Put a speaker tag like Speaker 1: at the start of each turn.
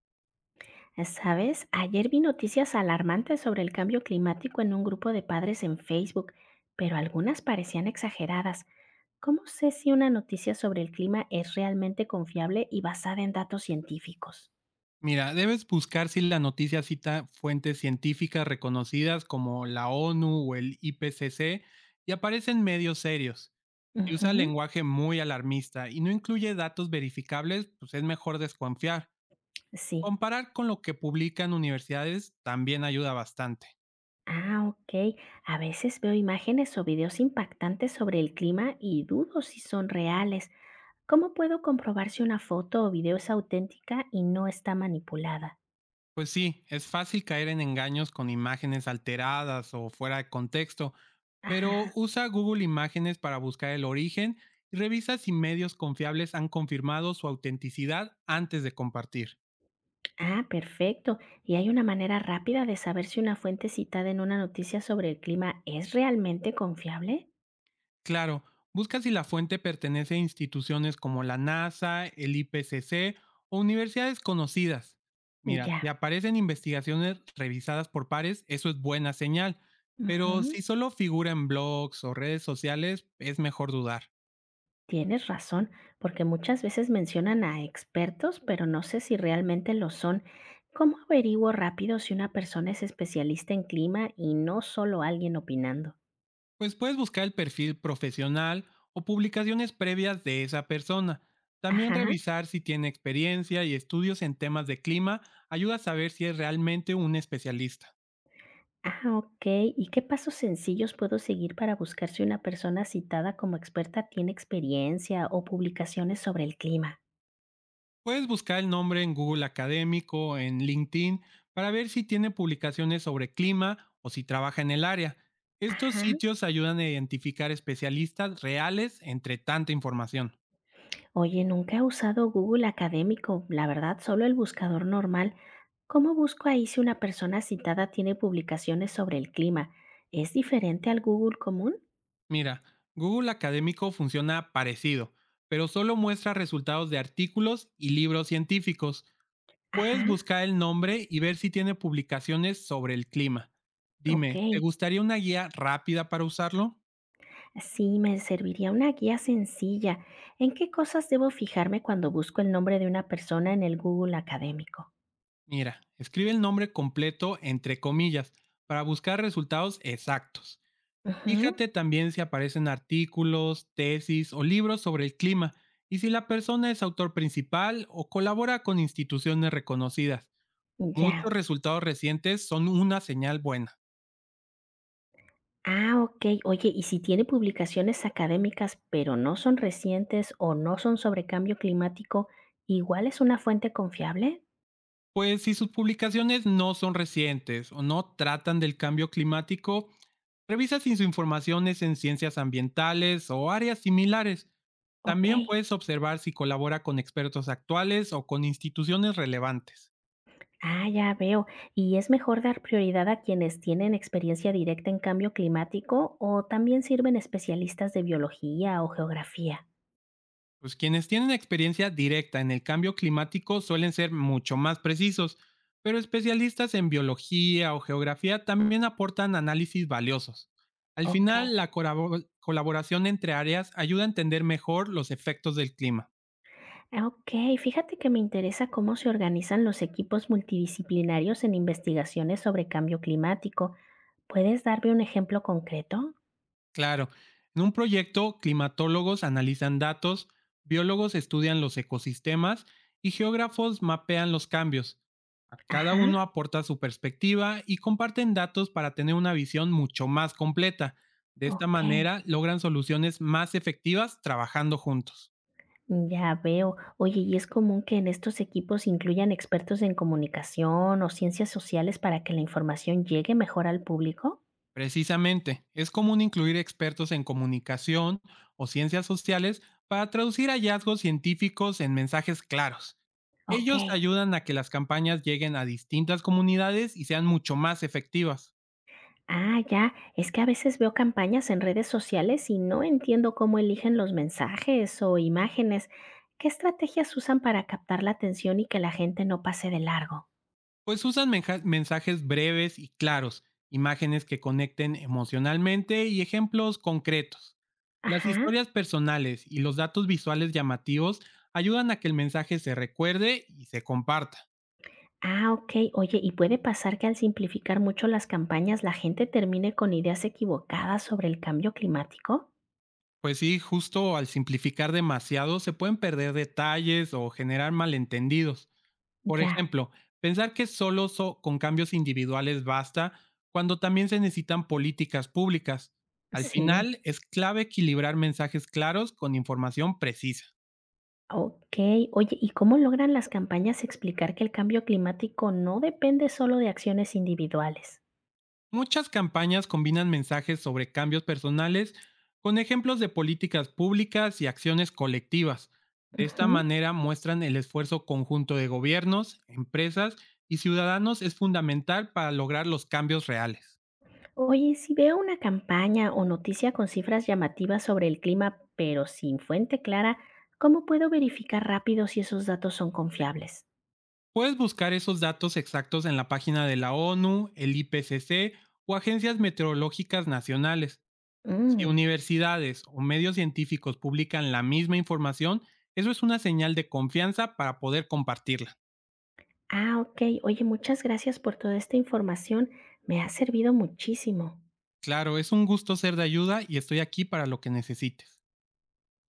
Speaker 1: ¿Sabes? Ayer vi noticias alarmantes sobre el cambio climático en un grupo de padres en Facebook, pero algunas parecían exageradas. ¿Cómo sé si una noticia sobre el clima es realmente confiable y basada en datos científicos?
Speaker 2: Mira, debes buscar si la noticia cita fuentes científicas reconocidas como la ONU o el IPCC y aparecen medios serios. Si usa
Speaker 1: Ujú.
Speaker 2: lenguaje muy alarmista y no incluye datos verificables, pues es mejor desconfiar.
Speaker 1: Sí.
Speaker 2: Comparar con lo que publican universidades también ayuda bastante.
Speaker 1: Ah, ok. A veces veo imágenes o videos impactantes sobre el clima y dudo si son reales. ¿Cómo puedo comprobar si una foto o video es auténtica y no está manipulada?
Speaker 2: Pues sí, es fácil caer en engaños con imágenes alteradas o fuera de contexto, pero
Speaker 1: Ajá.
Speaker 2: usa Google Imágenes para buscar el origen y revisa si medios confiables han confirmado su autenticidad antes de compartir.
Speaker 1: Ah, perfecto. ¿Y hay una manera rápida de saber si una fuente citada en una noticia sobre el clima es realmente confiable?
Speaker 2: Claro, busca si la fuente pertenece a instituciones como la NASA, el IPCC o universidades conocidas. Mira, si
Speaker 1: Ya.
Speaker 2: aparecen investigaciones revisadas por pares, eso es buena señal, pero
Speaker 1: Ujú.
Speaker 2: si solo figura en blogs o redes sociales, es mejor dudar.
Speaker 1: Tienes razón, porque muchas veces mencionan a expertos, pero no sé si realmente lo son. ¿Cómo averiguo rápido si una persona es especialista en clima y no solo alguien opinando?
Speaker 2: Pues puedes buscar el perfil profesional o publicaciones previas de esa persona. También
Speaker 1: Ajá.
Speaker 2: revisar si tiene experiencia y estudios en temas de clima ayuda a saber si es realmente un especialista.
Speaker 1: Ah, ok. ¿Y qué pasos sencillos puedo seguir para buscar si una persona citada como experta tiene experiencia o publicaciones sobre el clima?
Speaker 2: Puedes buscar el nombre en Google Académico, en LinkedIn, para ver si tiene publicaciones sobre clima o si trabaja en el área. Estos
Speaker 1: Ajá.
Speaker 2: sitios ayudan a identificar especialistas reales entre tanta información.
Speaker 1: Oye, nunca he usado Google Académico, la verdad, solo el buscador normal. ¿Cómo busco ahí si una persona citada tiene publicaciones sobre el clima? ¿Es diferente al Google común?
Speaker 2: Mira, Google Académico funciona parecido, pero solo muestra resultados de artículos y libros científicos. Puedes
Speaker 1: Ajá,
Speaker 2: buscar el nombre y ver si tiene publicaciones sobre el clima.
Speaker 1: ok.
Speaker 2: Dime, ¿te gustaría una guía rápida para usarlo?
Speaker 1: Sí, me serviría una guía sencilla. ¿En qué cosas debo fijarme cuando busco el nombre de una persona en el Google Académico?
Speaker 2: Mira, escribe el nombre completo entre comillas para buscar resultados exactos.
Speaker 1: Ujú.
Speaker 2: Fíjate también si aparecen artículos, tesis o libros sobre el clima y si la persona es autor principal o colabora con instituciones reconocidas.
Speaker 1: Ya.
Speaker 2: Muchos resultados recientes son una señal buena.
Speaker 1: Ah, okey. Oye, y si tiene publicaciones académicas, pero no son recientes o no son sobre cambio climático, ¿igual es una fuente confiable?
Speaker 2: Pues si sus publicaciones no son recientes o no tratan del cambio climático, revisa si su información es en ciencias ambientales o áreas similares. También
Speaker 1: Okey.
Speaker 2: puedes observar si colabora con expertos actuales o con instituciones relevantes.
Speaker 1: Ah, ya veo. ¿Y es mejor dar prioridad a quienes tienen experiencia directa en cambio climático o también sirven especialistas de biología o geografía?
Speaker 2: Pues quienes tienen experiencia directa en el cambio climático suelen ser mucho más precisos, pero especialistas en biología o geografía también aportan análisis valiosos. Al
Speaker 1: Okey.
Speaker 2: final, la colaboración entre áreas ayuda a entender mejor los efectos del clima.
Speaker 1: Ah, okey. Fíjate que me interesa cómo se organizan los equipos multidisciplinarios en investigaciones sobre cambio climático. ¿Puedes darme un ejemplo concreto?
Speaker 2: Claro. En un proyecto, climatólogos analizan datos, biólogos estudian los ecosistemas y geógrafos mapean los cambios. A cada
Speaker 1: Ajá.
Speaker 2: uno aporta su perspectiva y comparten datos para tener una visión mucho más completa. De esta
Speaker 1: Okey,
Speaker 2: manera logran soluciones más efectivas trabajando juntos.
Speaker 1: ya veo. Oye, ¿y es común que en estos equipos incluyan expertos en comunicación o ciencias sociales para que la información llegue mejor al público?
Speaker 2: Precisamente, es común incluir expertos en comunicación o ciencias sociales para traducir hallazgos científicos en mensajes claros. Ellos
Speaker 1: Okey.
Speaker 2: ayudan a que las campañas lleguen a distintas comunidades y sean mucho más efectivas,
Speaker 1: Ah, ya. Es que a veces veo campañas en redes sociales y no entiendo cómo eligen los mensajes o imágenes. ¿Qué estrategias usan para captar la atención y que la gente no pase de largo?
Speaker 2: pues usan mensajes breves y claros, imágenes que conecten emocionalmente y ejemplos concretos. Las
Speaker 1: Ajá.
Speaker 2: historias personales y los datos visuales llamativos ayudan a que el mensaje se recuerde y se comparta.
Speaker 1: Ah, okey. Oye, ¿y puede pasar que al simplificar mucho las campañas, la gente termine con ideas equivocadas sobre el cambio climático?
Speaker 2: Pues sí, justo al simplificar demasiado se pueden perder detalles o generar malentendidos. Por
Speaker 1: Ya,
Speaker 2: ejemplo, pensar que solo con cambios individuales basta cuando también se necesitan políticas públicas. Al
Speaker 1: sí,
Speaker 2: final, es clave equilibrar mensajes claros con información precisa.
Speaker 1: okey. Oye, ¿y cómo logran las campañas explicar que el cambio climático no depende solo de acciones individuales?
Speaker 2: Muchas campañas combinan mensajes sobre cambios personales con ejemplos de políticas públicas y acciones colectivas. De esta
Speaker 1: Ujú.
Speaker 2: manera muestran el esfuerzo conjunto de gobiernos, empresas y ciudadanos es fundamental para lograr los cambios reales.
Speaker 1: Oye, si veo una campaña o noticia con cifras llamativas sobre el clima, pero sin fuente clara, ¿cómo puedo verificar rápido si esos datos son confiables?
Speaker 2: Puedes buscar esos datos exactos en la página de la ONU, el IPCC o agencias meteorológicas nacionales. Si
Speaker 1: Mm.
Speaker 2: universidades o medios científicos publican la misma información, eso es una señal de confianza para poder compartirla.
Speaker 1: Ah, ok. Oye, muchas gracias por toda esta información. Me ha servido muchísimo.
Speaker 2: Claro, es un gusto ser de ayuda y estoy aquí para lo que necesites.